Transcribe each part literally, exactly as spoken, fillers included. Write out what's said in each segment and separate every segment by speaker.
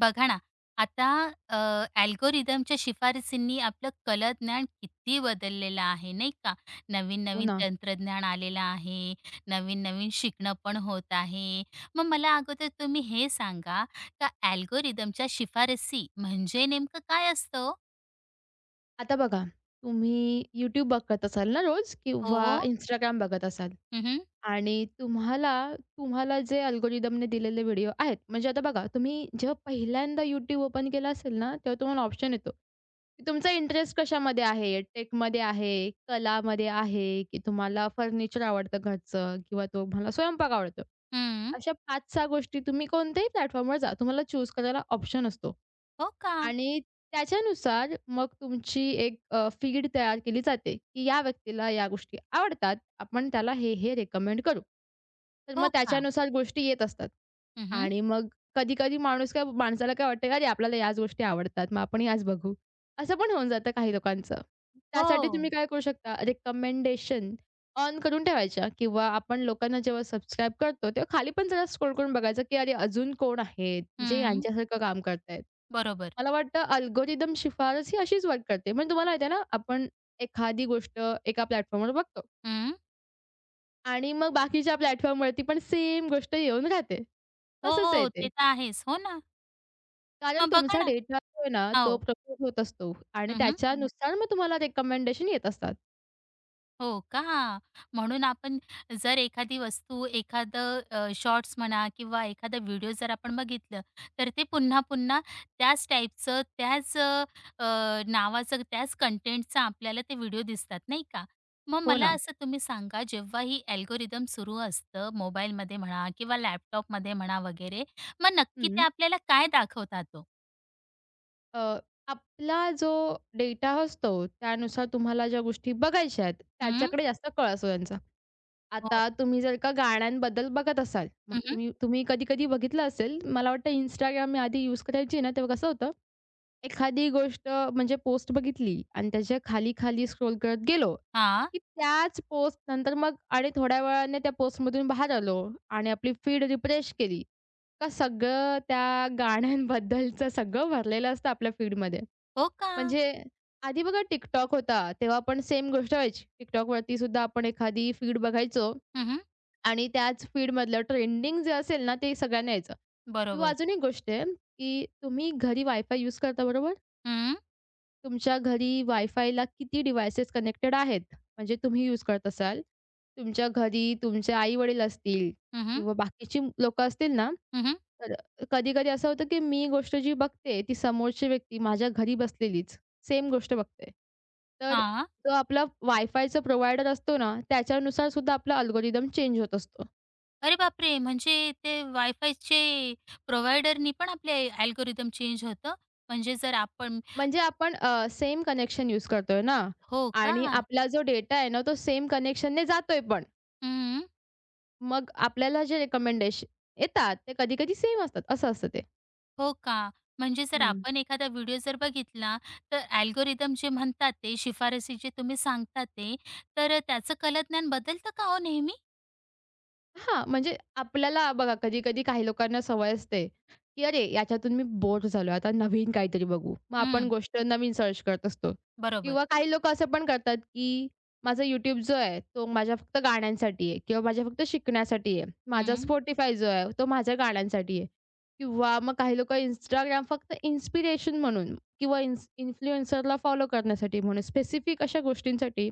Speaker 1: बघा ना, आता अ, अल्गोरिदमच्या शिफारसींनी आपलं कलाज्ञान किती बदललेलं आहे, नाही का?
Speaker 2: हो
Speaker 1: नवीन-नवीन
Speaker 2: ना.
Speaker 1: तंत्रज्ञान आलेलं आहे, नवीन-नवीन शिकणं पण होत आहे. मग मला अगोदर तुम्ही हे सांगा, का अल्गोरिदमच्या शिफारसी म्हणजे नेमकं काय असतं ओ?
Speaker 2: आता बघा, तुम्ही YouTube बघत असाल ना रोज किंवा
Speaker 1: हो.
Speaker 2: Instagram बघत असाल
Speaker 1: हं, हं.
Speaker 2: आणि तुम्हाला तुम्हाला जे अल्गोरिदमने दिलेले व्हिडिओ आहेत, म्हणजे आता बघा तुम्ही जेव्हा पहिल्यांदा YouTube ओपन केला असेल ना, तेव्हा तुम्हाला ऑप्शन येतो, की तुमचा इंटरेस्ट कशामध्ये आहे? टेकमध्ये आहे, कलामध्ये आहे, की तुम्हाला फर्निचर आवडतं घरचं किंवा तुम्हाला स्वयंपाक आवडतो. अशा पाच सहा गोष्टी तुम्ही कोणत्याही प्लॅटफॉर्मवर जा, तुम्हाला चूज करायला ऑप्शन असतो.
Speaker 1: हो का?
Speaker 2: आणि त्याच्यानुसार मग तुमची एक फीड तयार केली जाते, की या व्यक्तीला या गोष्टी आवडतात. आपण त्याला हे-हे रेकमेंड करू. तर मग
Speaker 1: हो का?
Speaker 2: त्याच्यानुसार गोष्टी येत असतात.
Speaker 1: हं,
Speaker 2: आणि मग कधी-कधी माणूस काय माणसाला काय वाटतं, "अरे, आपल्याला याच गोष्टी आवडतात, मग आपण याच बघू." असं पण होऊन जातं काही लोकांचं. त्यासाठी
Speaker 1: हो.
Speaker 2: तुम्ही काय करू शकता, रिकमेंडेशन ऑन करून ठेवायच्या किंवा आपण लोकांना जेव्हा सबस्क्राईब करतो, तेव्हा खाली पण जरा स्क्रोल करून बघायचं, की अरे अजून कोण आहेत, जे
Speaker 1: हं.
Speaker 2: यांच्यासारखं काम करतायत.
Speaker 1: बरोबर.
Speaker 2: मला वाटतं अल्गोरिदम शिफारस ही अशीच वर्क करते. म्हणजे तुम्हाला माहिती आहे ना, आपण एखादी गोष्ट एका प्लॅटफॉर्मवर बघतो
Speaker 1: हं.
Speaker 2: आणि मग बाकीच्या प्लॅटफॉर्मवरती पण सेम गोष्ट येऊन राहते. तसंच आहे
Speaker 1: हो,
Speaker 2: ते.
Speaker 1: ते तर आहेच. हो ना.
Speaker 2: कारण
Speaker 1: मग बघा
Speaker 2: तुमचा
Speaker 1: ना.
Speaker 2: डेटा जो आहे ना, तो
Speaker 1: हो.
Speaker 2: प्रोसेस होत असतो आणि त्याच्यानुसार मग तुम्हाला रिकमेंडेशन येत असतात.
Speaker 1: हो का? म्हणून आपण जर एखादी वस्तू, एखादं अ, शॉर्ट्स म्हणा किंवा एखादा व्हिडिओ जर आपण बघितलं, तर ते पुन्हा-पुन्हा त्याच टाईपचं, त्याच अ, अ, नावाचं, त्याच कंटेंटचा आपल्याला ते व्हिडिओ दिसतात, नाही का? मग
Speaker 2: हो
Speaker 1: मला
Speaker 2: ना.
Speaker 1: असं तुम्ही सांगा, जेव्हा ही अल्गोरिदम सुरू असतं मोबाईलमध्ये म्हणा किंवा लॅपटॉपमध्ये म्हणा वगैरे, मग नक्की ते
Speaker 2: हं.
Speaker 1: आपल्याला काय दाखवतात ओ?
Speaker 2: अ, आपला जो डेटा असतो, त्यानुसार तुम्हाला ज्या गोष्टी बघायच्या आहेत,
Speaker 1: हं,
Speaker 2: त्याच्याकडे जास्त कळ असतो त्यांचा.
Speaker 1: हो.
Speaker 2: आता तुम्ही जर का गाण्यांबद्दल बघत असाल, मग
Speaker 1: हं, हं.
Speaker 2: तुम्ही तुम्ही कधी-कधी बघितलं असेल, मला वाटतं Instagram मी आधी यूज करायची ना, तेव्हा कसं होतं, एखादी गोष्ट म्हणजे पोस्ट बघितली आणि त्याच्या खाली-खाली स्क्रोल करत गेलो,
Speaker 1: हां.
Speaker 2: की त्याच पोस्ट नंतर मग आणि थोड्या वेळाने त्या पोस्टमधून बाहेर आलो आणि आपली फीड रिफ्रेश केली, का सगळं त्या गाण्यांबद्दलचं सगळं भरलेलं असतं आपल्या फीडमध्ये.
Speaker 1: हो का?
Speaker 2: म्हणजे आधी बघा TikTok होता, तेव्हा पण सेम गोष्ट व्हायची. TikTokवरती सुद्धा आपण एखादी फीड बघायचो
Speaker 1: हं, हं.
Speaker 2: आणि त्याच फीडमधलं ट्रेंडिंग जे असेल ना, ते सगळ्यांना यायचं. किंवा
Speaker 1: बरोबर.
Speaker 2: अजून एक गोष्ट आहे, की तुम्ही घरी वायफाय यूज करता बरोबर?
Speaker 1: हं,
Speaker 2: तुमच्या घरी वायफायला किती डिव्हाइसेस कनेक्टेड आहेत? म्हणजे तुम्ही यूज करत असाल. तुमच्या घरी तुमचे आई-वडील असतील
Speaker 1: हं, हं,
Speaker 2: किंवा बाकीची लोकं असतील ना,
Speaker 1: हं.
Speaker 2: तर कधी-कधी असं होतं, की मी गोष्ट जी बघते ती समोरची व्यक्ती माझ्या घरी बसलेलीच सेम गोष्ट बघते. तर
Speaker 1: हां.
Speaker 2: जो आपला वायफायचा प्रोव्हायडर असतो ना, त्याच्यानुसार सुद्धा आपला अल्गोरिदम चेंज होत असतो.
Speaker 1: अरे बापरे! म्हणजे ते वायफायचे प्रोव्हायडरनी पण आपले अल्गोरिदम चेंज होतं? म्हणजे जर आपण
Speaker 2: म्हणजे आपण सेम कनेक्शन यूज करतोय ना
Speaker 1: हो का?
Speaker 2: आणि आपला जो डेटा आहे ना, तो सेम कनेक्शनने जातोय पण.
Speaker 1: हं.
Speaker 2: मग आपल्याला जे रेकमेंडेशन, येतात, ते कधी-कधी सेम असतात. असं असतं ते.
Speaker 1: हो का? म्हणजे जर
Speaker 2: हं,
Speaker 1: आपण एखादा व्हिडिओ जर बघितला, तर अल्गोरिदम जे म्हणतात ते शिफारसी जे तुम्ही सांगता ते, तर त्याचं कलाज्ञान बदलतं का हो नेहमी?
Speaker 2: हां, म्हणजे आपल्याला बघा कधी-कधी काही लोकांना सवय असते, की "अरे, याच्यातून मी बोर झालोय, आता नवीन काहीतरी बघू." मग आपण
Speaker 1: हं.
Speaker 2: गोष्ट नवीन सर्च करत असतो
Speaker 1: बरोबर.
Speaker 2: किंवा काही लोकं असं पण करतात, की "माझा YouTube जो आहे, तो माझ्या फक्त गाण्यांसाठी आहे किंवा माझ्या फक्त शिकण्यासाठी आहे. माझा
Speaker 1: हं.
Speaker 2: Spotify जो आहे, तो माझ्या गाण्यांसाठी आहे." किंवा मग काही लोकं Instagram फक्त इन्स्पिरेशन म्हणून किंवा इन्स इन्फ्लुएन्सरला फॉलो करण्यासाठी म्हणून स्पेसिफिक अशा गोष्टींसाठी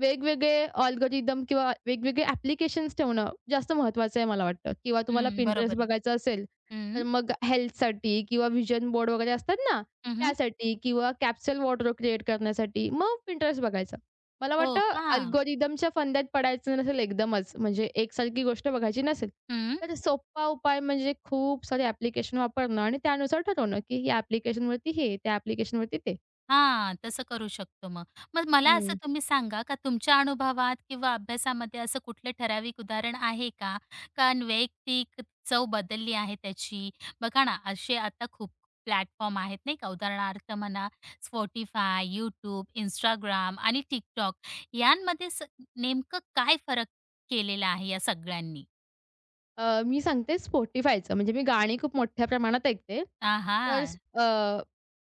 Speaker 2: वेगवेगळे अल्गोरिदम किंवा वेगवेगळे ॲप्लिकेशन्स ठेवणं जास्त महत्त्वाचं आहे मला वाटतं किंवा तुम्हाला
Speaker 1: हं. बरोबर
Speaker 2: Pinterest
Speaker 1: आहे.
Speaker 2: बघायचं असेल,
Speaker 1: हं.
Speaker 2: तर मग हेल्थसाठी किंवा व्हिजन बोर्ड वगैरे असतात ना,
Speaker 1: हं,
Speaker 2: त्यासाठी किंवा कॅप्सूल वॉर्डरोब क्रिएट करण्यासाठी मग Pinterest बघायचं. मला
Speaker 1: हो
Speaker 2: वाटतं
Speaker 1: का?
Speaker 2: अल्गोरिदमच्या फंद्यात पडायचं नसेल एकदमच, म्हणजे एकसारखी गोष्ट बघायची नसेल,
Speaker 1: हं.
Speaker 2: तर सोपा उपाय म्हणजे खूप सारे ॲप्लिकेशन वापरणं आणि त्यानुसार ठरवणं, की या ॲप्लिकेशनवरती हे, त्या ॲप्लिकेशनवरती ते.
Speaker 1: हा, तसं करू शकतो मग. मग मला असं
Speaker 2: हं.
Speaker 1: तुम्ही सांगा का तुमच्या अनुभवात किंवा अभ्यासामध्ये असं कुठलं ठराविक उदाहरण आहे का? का वैयक्तिक चव बदलली आहे त्याची? बघा ना, असे आता खूप प्लॅटफॉर्म आहेत नाही का, उदाहरणार्थ म्हणा Spotify, YouTube, Instagram आणि TikTok यांमध्ये स नेमकं काय फरक केलेला आहे या सगळ्यांनी?
Speaker 2: अ, मी सांगते Spotifyचं. म्हणजे मी गाणी खूप मोठ्या प्रमाणात ऐकते. तर स-
Speaker 1: आहा!
Speaker 2: अ,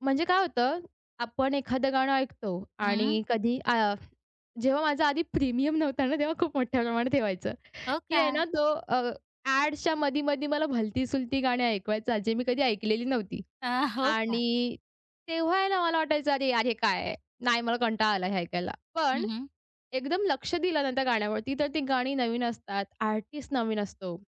Speaker 2: म्हणजे काय होतं, आपण एखादं गाणं ऐकतो
Speaker 1: हं,
Speaker 2: आणि कधी अ, जेव्हा माझा आधी प्रीमियम नव्हता ना, तेव्हा खूप मोठ्या प्रमाणात ठेवायचं,
Speaker 1: हो
Speaker 2: की
Speaker 1: का?
Speaker 2: आहे ना तो अ, ॲडच्या मधी-मधी मला भलती-सुलती गाणी ऐकवायचा, जे मी कधी ऐकलेली नव्हती.
Speaker 1: अ, हो का?
Speaker 2: आणि तेव्हा आहे ना, मला वाटायचं, "अरे, अरे, काय? नाही, मला कंटाळा आला हे ऐकायला." पण
Speaker 1: हं, हं.
Speaker 2: एकदम लक्ष दिलं ना त्या गाण्यावरती, तर ती गाणी नवीन असतात, आर्टिस्ट नवीन असतो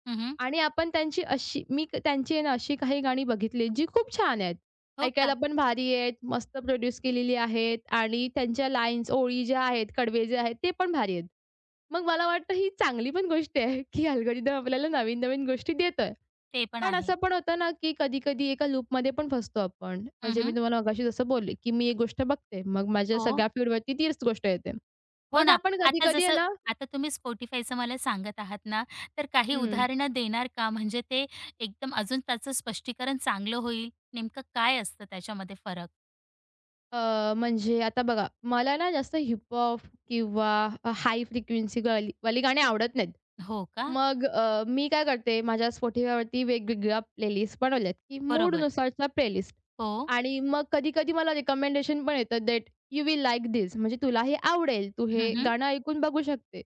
Speaker 2: आणि आपण त्यांची अशी मी क- त्यांची आहे ना अशी काही गाणी बघितली जी खूप छान आहेत.
Speaker 1: हो का?
Speaker 2: ऐकायला पण भारी आहेत, मस्त प्रोड्यूस केलेली आहेत आणि त्यांच्या लाईन्स, ओळी ज्या आहेत, कडवे जे आहेत ते पण भारी आहेत. मग मला वाटतं ही चांगली पण गोष्ट आहे, की अल्गोरिदम आपल्याला नवीन-नवीन गोष्टी देतोय.
Speaker 1: ते पण
Speaker 2: पण
Speaker 1: आहे.
Speaker 2: असं पण होतं ना, की कधी-कधी एका लूपमध्ये पण फसतो आपण. म्हणजे मी
Speaker 1: हं,
Speaker 2: तुम्हाला मगाशी जसं बोलले, की मी एक गोष्ट बघते. मग माझ्या
Speaker 1: हो.
Speaker 2: सगळ्या फीडवरती तीच गोष्ट येते.
Speaker 1: हो
Speaker 2: मग
Speaker 1: ना.
Speaker 2: आपण
Speaker 1: आता
Speaker 2: कधी-कधी आहे
Speaker 1: जसं
Speaker 2: ना
Speaker 1: आता तुम्ही Spotifyचं मला सांगत आहात ना, तर काही
Speaker 2: हं.
Speaker 1: उदाहरणं देणार का? म्हणजे ते एकदम अजून त्याचं स्पष्टीकरण चांगलं होईल. नेमकं काय असतं त्याच्यामध्ये फरक?
Speaker 2: अ, म्हणजे आता बघा, मला ना जास्त हिप-हॉप किंवा अ, हाय फ्रिक्वेन्सी वाली वाली गाणी आवडत नाहीत.
Speaker 1: हो का?
Speaker 2: मग अ, मी काय करते, माझ्या Spotifyवरती वेगवेगळ्या प्लेलिस्ट बनवल्यात, की
Speaker 1: बरोबर.
Speaker 2: मूडनुसारच्या प्लेलिस्ट
Speaker 1: हो.
Speaker 2: आणि मग कधी-कधी मला रिकमेंडेशन पण येतं that you will like this म्हणजे तुला हे आवडेल, तू
Speaker 1: हं,
Speaker 2: हे
Speaker 1: हं.
Speaker 2: गाणं ऐकून बघू शकते.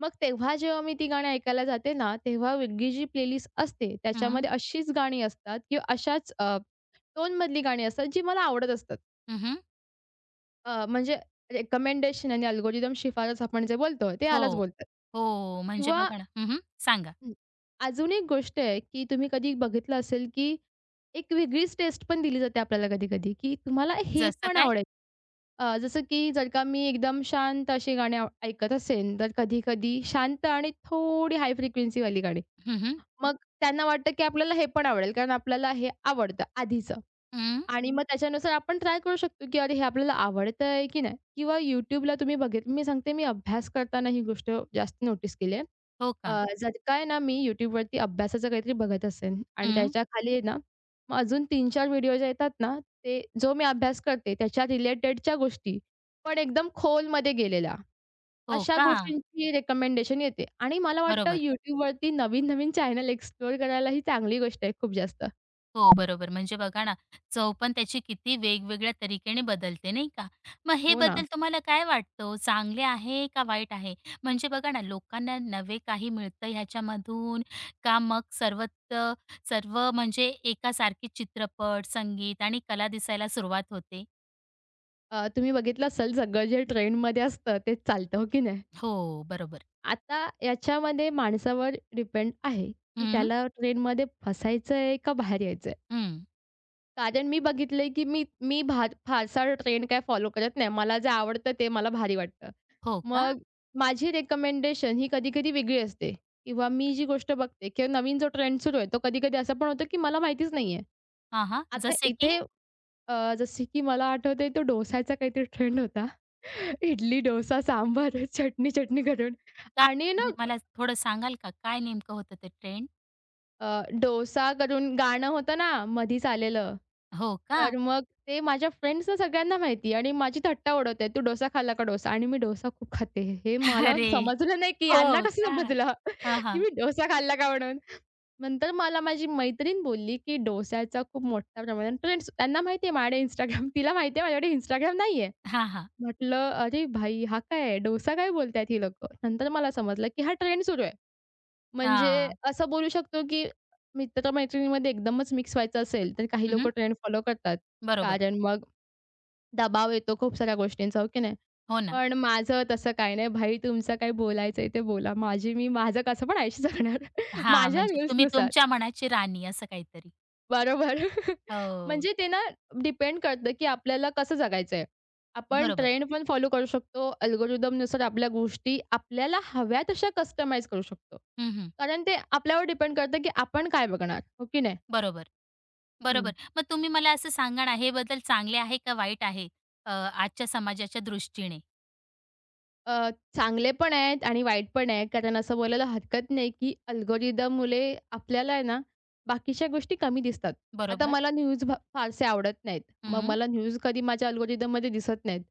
Speaker 2: मग तेव्हा जेव्हा मी ती गाणी ऐकायला जाते ना, तेव्हा वेगळी जी प्लेलिस्ट असते
Speaker 1: हं.
Speaker 2: त्याच्यामध्ये अशीच गाणी असतात किंवा अशाच अ, टोनमधली गाणी असतात जी मला आवडत असतात. अ, म्हणजे रिकमेंडेशन आणि अल्गोरिदम शिफारस आपण जे बोलतो, ते यालाच
Speaker 1: हो.
Speaker 2: बोलतात.
Speaker 1: हो, म्हणजे
Speaker 2: किंवा
Speaker 1: बघा ना हं, सांगा.
Speaker 2: हं, अजून एक गोष्ट आहे, की तुम्ही कधी बघितलं असेल, की एक वेगळीच टेस्ट पण दिली जाते आपल्याला कधी-कधी, की तुम्हाला हे
Speaker 1: जसं
Speaker 2: पण
Speaker 1: काय?
Speaker 2: आवडेल. अ, जसं की जर का मी एकदम शांत अशी गाणी आव ऐकत असेन, तर कधी-कधी शांत आणि थोडी हाय फ्रिक्वेन्सीवाली गाणी.
Speaker 1: हं, हं.
Speaker 2: मग त्यांना वाटतं, की आपल्याला हे पण आवडेल, कारण आपल्याला हे आवडतं आधीचं. आणि मग त्याच्यानुसार आपण ट्राय करू शकतो, की अरे हे आपल्याला आवडतंय की नाही? किंवा YouTubeला तुम्ही बघितलं मी सांगते मी अभ्यास करताना ही गोष्ट जास्त नोटीस केली आहे.
Speaker 1: हो का?
Speaker 2: अ, जर काय ना मी YouTubeवरती अभ्यासाचं काहीतरी बघत असेन आणि
Speaker 1: हं.
Speaker 2: त्याच्याखाली आहे ना, मग अजून तीन चार व्हिडिओ जे येतात ना, ते जो मी अभ्यास करते त्याच्या रिलेटेडच्या गोष्टी, पण एकदम खोलमध्ये गेलेल्या.
Speaker 1: हो
Speaker 2: अशा
Speaker 1: का?
Speaker 2: गोष्टींची रिकमेंडेशन येते आणि मला वाटतं
Speaker 1: बरोबर.
Speaker 2: YouTubeवरती नवीन-नवीन चॅनल एक्सप्लोर करायला ही चांगली गोष्ट आहे खूप जास्त.
Speaker 1: हो, बरोबर. म्हणजे बघा ना, चव पण त्याची किती वेगवेगळ्या तरीकेने बदलते, नाही का? मग हे
Speaker 2: हो ना.
Speaker 1: बदल तुम्हाला काय वाटतं ओ, चांगले आहे का वाईट आहे? म्हणजे बघा ना, लोकांना नवे काही मिळतं ह्याच्यामधून का मग सर्वत्र सर्व म्हणजे एकासारखे चित्रपट, संगीत आणि कला दिसायला सुरुवात होते?
Speaker 2: अ, तुम्ही बघितलं असेल सगळं जे ट्रेंडमध्ये असतं तेच चालतं, हो की नाही?
Speaker 1: हो, बरोबर.
Speaker 2: आता याच्यामध्ये माणसावर डिपेंड आहे, की
Speaker 1: हं,
Speaker 2: त्याला ट्रेंडमध्ये फसायचं आहे का बाहेर यायचं आहे?
Speaker 1: हं.
Speaker 2: कारण मी बघितलंय, की मी मी भा फारसा ट्रेंड काय फॉलो करत नाही. मला जे आवडतं ते मला भारी वाटतं.
Speaker 1: हो का?
Speaker 2: मग माझी रिकमेंडेशन ही कधी-कधी वेगळी असते किंवा मी जी गोष्ट बघते किंवा नवीन जो ट्रेंड सुरू आहे, तो कधी-कधी असं पण होतं, की मला माहितीच नाहीये.
Speaker 1: हां, हां.
Speaker 2: आता
Speaker 1: जसे की
Speaker 2: इथे अ, जसे की मला आठवतंय तो डोसाचा काहीतरी ट्रेंड होता. इडली, डोसा, सांबार, चटणी, चटणी करून
Speaker 1: काय
Speaker 2: आणि ना
Speaker 1: म्हणजे मला थोडं सांगाल का? काय नेमकं होतं ते ट्रेंड?
Speaker 2: अ, डोसा करून गाणं होतं ना मधीच आलेलं.
Speaker 1: हो का?
Speaker 2: तर मग ते माझ्या फ्रेंड्सना सगळ्यांना माहिती आणि माझी थट्टा उडवतायत, "तू डोसा खाल्ला का डोसा?" आणि मी डोसा खूप खाते. हे मला
Speaker 1: अरे!
Speaker 2: समजलं नाही की यांना
Speaker 1: हो
Speaker 2: कसं
Speaker 1: का?
Speaker 2: समजलं
Speaker 1: हां,
Speaker 2: की
Speaker 1: हां.
Speaker 2: मी डोसा खाल्ला का म्हणून. नंतर मला माझी मैत्रीण बोलली की डोश्याचा खूप मोठ्या प्रमाणात ट्रेंड्स त्यांना माहिती आहे माझ्याकडे Instagram तिला माहिती आहे माझ्याकडे Instagram नाहीये.
Speaker 1: हां, हां.
Speaker 2: म्हटलं, "अरे भाई, हा काय? डोसा काय बोलतायत ही लोकं?" नंतर मला समजलं, की हा ट्रेंड सुरू आहे. म्हणजे
Speaker 1: हां.
Speaker 2: असं बोलू शकतो, की मित्र-मैत्रिणीमध्ये एकदमच मिक्स व्हायचं असेल, तर काही
Speaker 1: हं,
Speaker 2: लोकं ट्रेंड फॉलो करतात.
Speaker 1: बरोबर.
Speaker 2: कारण मग दबाव येतो खूप साऱ्या गोष्टींचा, हो की नाही?
Speaker 1: हो ना.
Speaker 2: पण माझं तसं काही नाही. भाई तुमचं काही बोलायचंय ते बोला. माझी मी माझं कसं पण आयुष्य जगणार
Speaker 1: हां,
Speaker 2: माझ्या
Speaker 1: म्हणजे तुम्ही
Speaker 2: रूल्सनुसार.
Speaker 1: तुमच्या मनाची राणी असं काहीतरी.
Speaker 2: बरोबर.
Speaker 1: हो.
Speaker 2: म्हणजे ते ना डिपेंड करतं, की आपल्याला कसं जगायचंय. आपण
Speaker 1: बरोबर.
Speaker 2: ट्रेंड पण फॉलो करू शकतो. अल्गोरिदमनुसार आपल्या गोष्टी आपल्याला हव्या तशा कस्टमाइज करू शकतो.
Speaker 1: हं,
Speaker 2: कारण ते आपल्यावर डिपेंड करतं, की आपण काय बघणार, हो की नाही?
Speaker 1: बरोबर, बरोबर. मग तुम्ही मला असं सांगा ना, हे बदल चांगले आहे का वाईट आहे? अ, आजच्या समाजाच्या दृष्टीने?
Speaker 2: अ, चांगले पण आहेत आणि वाईट पण आहे. कारण असं बोलायला हरकत नाही, की अल्गोरिदममुळे आपल्याला आहे ना, बाकीच्या गोष्टी कमी दिसतात. आता
Speaker 1: बरोबर.
Speaker 2: मला न्यूज भ फारसे आवडत नाहीत.
Speaker 1: हं,
Speaker 2: मग
Speaker 1: हं.
Speaker 2: मला न्यूज कधी माझ्या अल्गोरिदममध्ये दिसत नाहीत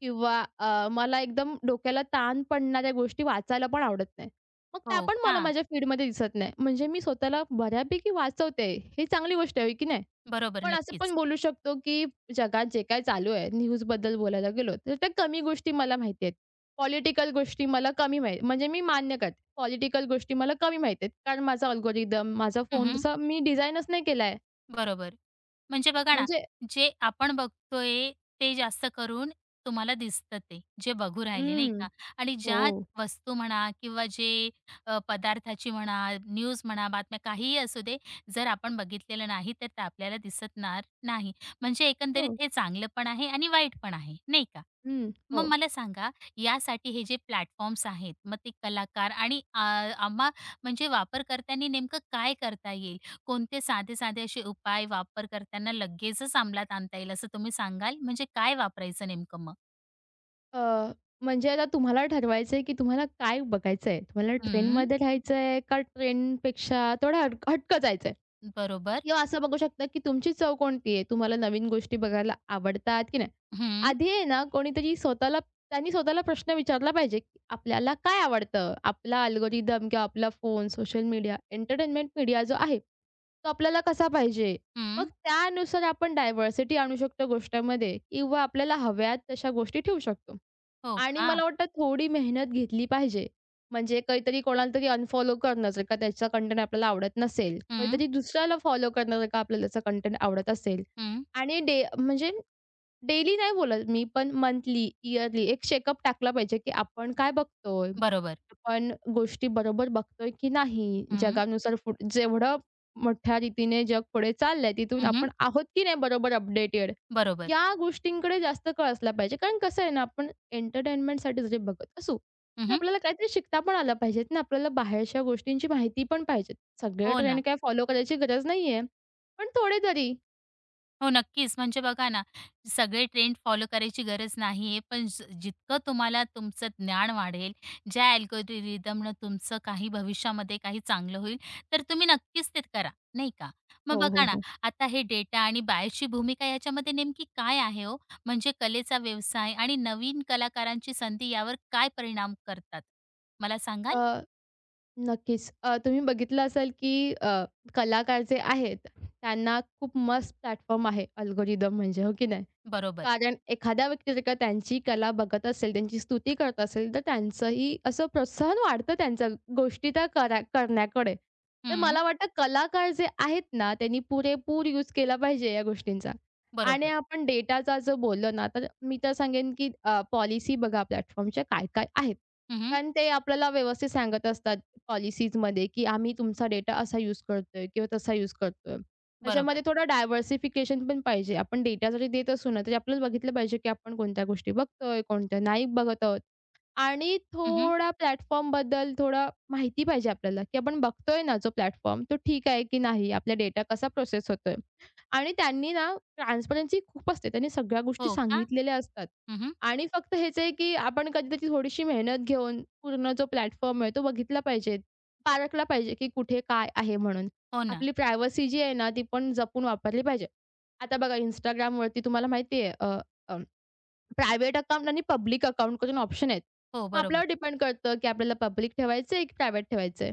Speaker 2: किंवा अ, मला एकदम डोक्याला ताण पडणाऱ्या गोष्टी वाचायला पण आवडत नाही. मग
Speaker 1: हो
Speaker 2: त्या पण
Speaker 1: का?
Speaker 2: मला माझ्या फीडमध्ये दिसत नाही. म्हणजे मी स्वतःला बऱ्यापैकी वाचवते. ही चांगली गोष्ट आहे, होय की नाही?
Speaker 1: बरोबर,
Speaker 2: पण असं पण
Speaker 1: नक्कीच.
Speaker 2: बोलू शकतो, की जगात जे काही चालू आहे, न्यूजबद्दल बोलायला गेलो, तर त्या कमी गोष्टी मला माहिती आहेत. पॉलिटिकल गोष्टी मला कमी माहीत म्हणजे मी मान्य करते. पॉलिटिकल गोष्टी मला कमी माहीत आहेत. कारण माझा अल्गोरिदम, माझा फोन तसा मी डिझाइनच नाही केला
Speaker 1: बरोबर. म्हणजे बघा ना,
Speaker 2: म्हणजे
Speaker 1: जे आपण बघतोय ते जास्त करून तुम्हाला दिसतं ते, जे बघू राहिले नाही
Speaker 2: हं.
Speaker 1: का? आणि ज्या
Speaker 2: हो.
Speaker 1: वस्तू म्हणा किंवा जे अ, पदार्थाची म्हणा, न्यूज म्हणा, बातम्या काहीही असू दे, जर आपण बघितलेलं नाही तर ते आपल्याला दिसणार नाही. म्हणजे
Speaker 2: हो.
Speaker 1: एकंदरीत हे चांगलं पण आहे आणि वाईट पण आहे, नाही का?
Speaker 2: हं. हो.
Speaker 1: मग मला सांगा, यासाठी हे जे प्लॅटफॉर्म्स आहेत, मग ते कलाकार आणि आ आम्हा म्हणजे वापरकर्त्यांनी नेमकं काय करता येईल? कोणते साधे-साधे असे उपाय वापरकर्त्यांना लगेचच अंमलात आणता येईल, असं तुम्ही सांगाल? म्हणजे काय वापरायचं नेमकं मग?
Speaker 2: अ, म्हणजे आता तुम्हाला ठरवायचं आहे, की तुम्हाला काय बघायचं आहे? तुम्हाला
Speaker 1: हं,
Speaker 2: ट्रेनमध्ये राहायचं आहे का ट्रेनपेक्षा थोडं हट हटकं जायचं
Speaker 1: बरोबर.
Speaker 2: किंवा असं बघू शकता, की तुमची चव कोणती आहे? तुम्हाला नवीन गोष्टी बघायला आवडतात की नाही?
Speaker 1: हं,
Speaker 2: आधी आहे ना, कोणीतरी स्वतःला त्यांनी स्वतःला प्रश्न विचारला पाहिजे, की आपल्याला काय आवडतं? आपला अल्गोरिदम किंवा आपला phone, social media, entertainment media जो आहे, तो आपल्याला कसा पाहिजे. मग
Speaker 1: हं.
Speaker 2: त्यानुसार आपण डायव्हर्सिटी आणू शकतो गोष्टांमध्ये किंवा आपल्याला हव्यात तशा गोष्टी ठेवू शकतो.
Speaker 1: हो
Speaker 2: आणि
Speaker 1: का?
Speaker 2: मला वाटतं थोडी मेहनत घेतली पाहिजे. म्हणजे काहीतरी कोणाला तरी अनफॉलो करणं जर का त्याचा कंटेंट आपल्याला आवडत नसेल,
Speaker 1: हं,
Speaker 2: काहीतरी दुसऱ्याला फॉलो करणं जर का आपल्याला त्याचा कंटेंट आवडत असेल
Speaker 1: हं.
Speaker 2: आणि डे म्हणजे डेली नाही बोलत मी, पण मंथली, इयरली एक चेकअप टाकला पाहिजे, की आपण काय बघतोय?
Speaker 1: बरोबर.
Speaker 2: आपण गोष्टी बरोबर बघतोय की नाही?
Speaker 1: हं,
Speaker 2: जगानुसार पुढ जेवढं मोठ्या रीतीने जग पुढे चाललंय, तिथून
Speaker 1: हं,
Speaker 2: आपण आहोत की नाही बरोबर अपडेटेड?
Speaker 1: बरोबर.
Speaker 2: या गोष्टींकडे जास्त कळ असला पाहिजे. कारण कसं आहे ना, आपण एंटरटेनमेंटसाठी जरी बघत असू, तर
Speaker 1: हं.
Speaker 2: आपल्याला काहीतरी शिकता पण आलं पाहिजेत ना, आपल्याला बाहेरच्या गोष्टींची माहिती पण पाहिजे. सगळे
Speaker 1: हो
Speaker 2: ट्रेंड
Speaker 1: ना.
Speaker 2: काय फॉलो करायची गरज नाहीये, पण थोडे तरी.
Speaker 1: हो, नक्कीच. म्हणजे बघा ना, सगळे ट्रेंड फॉलो करायची गरज नाहीये, पण ज जितकं तुम्हाला तुमचं ज्ञान वाढेल, ज्या अल्गोरिदमनं तुमचं काही भविष्यामध्ये काही चांगलं होईल, तर तुम्ही नक्कीच ते करा, नाही का? मग
Speaker 2: हो, हो,
Speaker 1: बघा ना,
Speaker 2: हो.
Speaker 1: आता हे डेटा आणि बायसची भूमिका याच्यामध्ये नेमकी काय आहे हो? म्हणजे कलेचा व्यवसाय आणि नवीन कलाकारांची संधी यावर काय परिणाम करतात? मला सांगाल?
Speaker 2: नक्कीच. अ, तुम्ही बघितलं असेल, की अ, कलाकार जे आहेत, त्यांना खूप मस्त प्लॅटफॉर्म आहे अल्गोरिदम म्हणजे, हो की नाही?
Speaker 1: बरोबर.
Speaker 2: कारण एखाद्या व्यक्ती जर का त्यांची कला बघत असेल, त्यांची स्तुती करत असेल, तर त्यांचंही असं प्रोत्साहन वाढतं त्यांचं गोष्टी त्या करा करण्याकडे. तर
Speaker 1: हं,
Speaker 2: मला वाटतं कलाकार जे आहेत ना, त्यांनी पुरेपूर यूज केला पाहिजे या गोष्टींचा. आणि
Speaker 1: बरोबर.
Speaker 2: आपण डेटाचा जर बोललो ना, तर मी तर सांगेन, की पॉलिसी बघा प्लॅटफॉर्मच्या काय-काय आहेत.
Speaker 1: हं,
Speaker 2: कारण ते आपल्याला व्यवस्थित सांगत असतात पॉलिसीजमध्ये, की आम्ही तुमचा डेटा असा यूज करतोय किंवा तसा यूज करतोय.
Speaker 1: बरोबर.
Speaker 2: त्याच्यामध्ये थोडं डायव्हर्सिफिकेशन पण पाहिजे. आपण डेटा जरी देत असू ना, तरी आपल्याला बघितलं पाहिजे, की आपण कोणत्या गोष्टी बघतोय, कोणत्या नाही बघत आहोत. आणि
Speaker 1: हं,
Speaker 2: थोडा प्लॅटफॉर्मबद्दल थोडा माहिती पाहिजे आपल्याला, की आपण बघतोय ना जो प्लॅटफॉर्म, तो ठीक आहे की नाही? आपला डेटा कसा प्रोसेस होतोय? आणि त्यांनी ना ट्रान्सपरन्सी खूप असते. त्यांनी सगळ्या गोष्टी
Speaker 1: हो का?
Speaker 2: सांगितलेल्या असतात.
Speaker 1: हं.
Speaker 2: आणि फक्त हेच आहे, की आपण कधी त्याची थोडीशी मेहनत घेऊन पूर्ण जो प्लॅटफॉर्म आहे, तो बघितला पाहिजे. पारखला पाहिजे, की कुठे काय आहे म्हणून.
Speaker 1: हो ना.
Speaker 2: आपली प्रायव्हसी जी आहे ना, ती पण जपून वापरली पाहिजे. आता बघा Instagramवरती तुम्हाला माहिती आहे प्रायव्हेट अकाउंट आणि पब्लिक अकाउंट करून ऑप्शन आहेत.
Speaker 1: हो,
Speaker 2: मग आपल्यावर
Speaker 1: बरोबर.
Speaker 2: डिपेंड करतं, की आपल्याला पब्लिक ठेवायचं आहे, की प्रायव्हेट ठेवायचं आहे.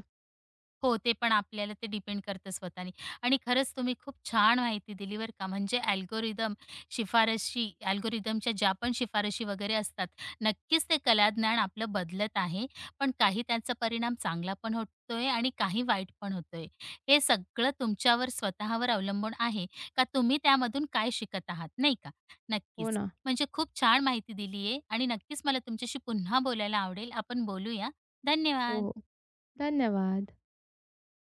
Speaker 1: हो, ते पण आपल्याला ते डिपेंड करतं स्वतःनी. आणि खरंच तुम्ही खूप छान माहिती दिली बरं का. म्हणजे अल्गोरिदम, शिफारशी अल्गोरिदमच्या ज्या पण शिफारशी वगैरे असतात, नक्कीच ते कलाज्ञान आपलं बदलत आहे. पण काही त्याचा परिणाम चांगला पण होतोय आणि काही वाईट पण होतोय. हे सगळं तुमच्यावर स्वतःवर अवलंबून आहे का तुम्ही त्यामधून काय शिकत आहात, नाही का?
Speaker 2: हो
Speaker 1: नक्कीच.
Speaker 2: ना.
Speaker 1: म्हणजे खूप छान माहिती दिली आहे आणि नक्कीच मला तुमच्याशी पुन्हा बोलायला आवडेल. आपण बोलूया.
Speaker 2: हो, हो.
Speaker 1: धन्यवाद.
Speaker 2: धन्यवाद.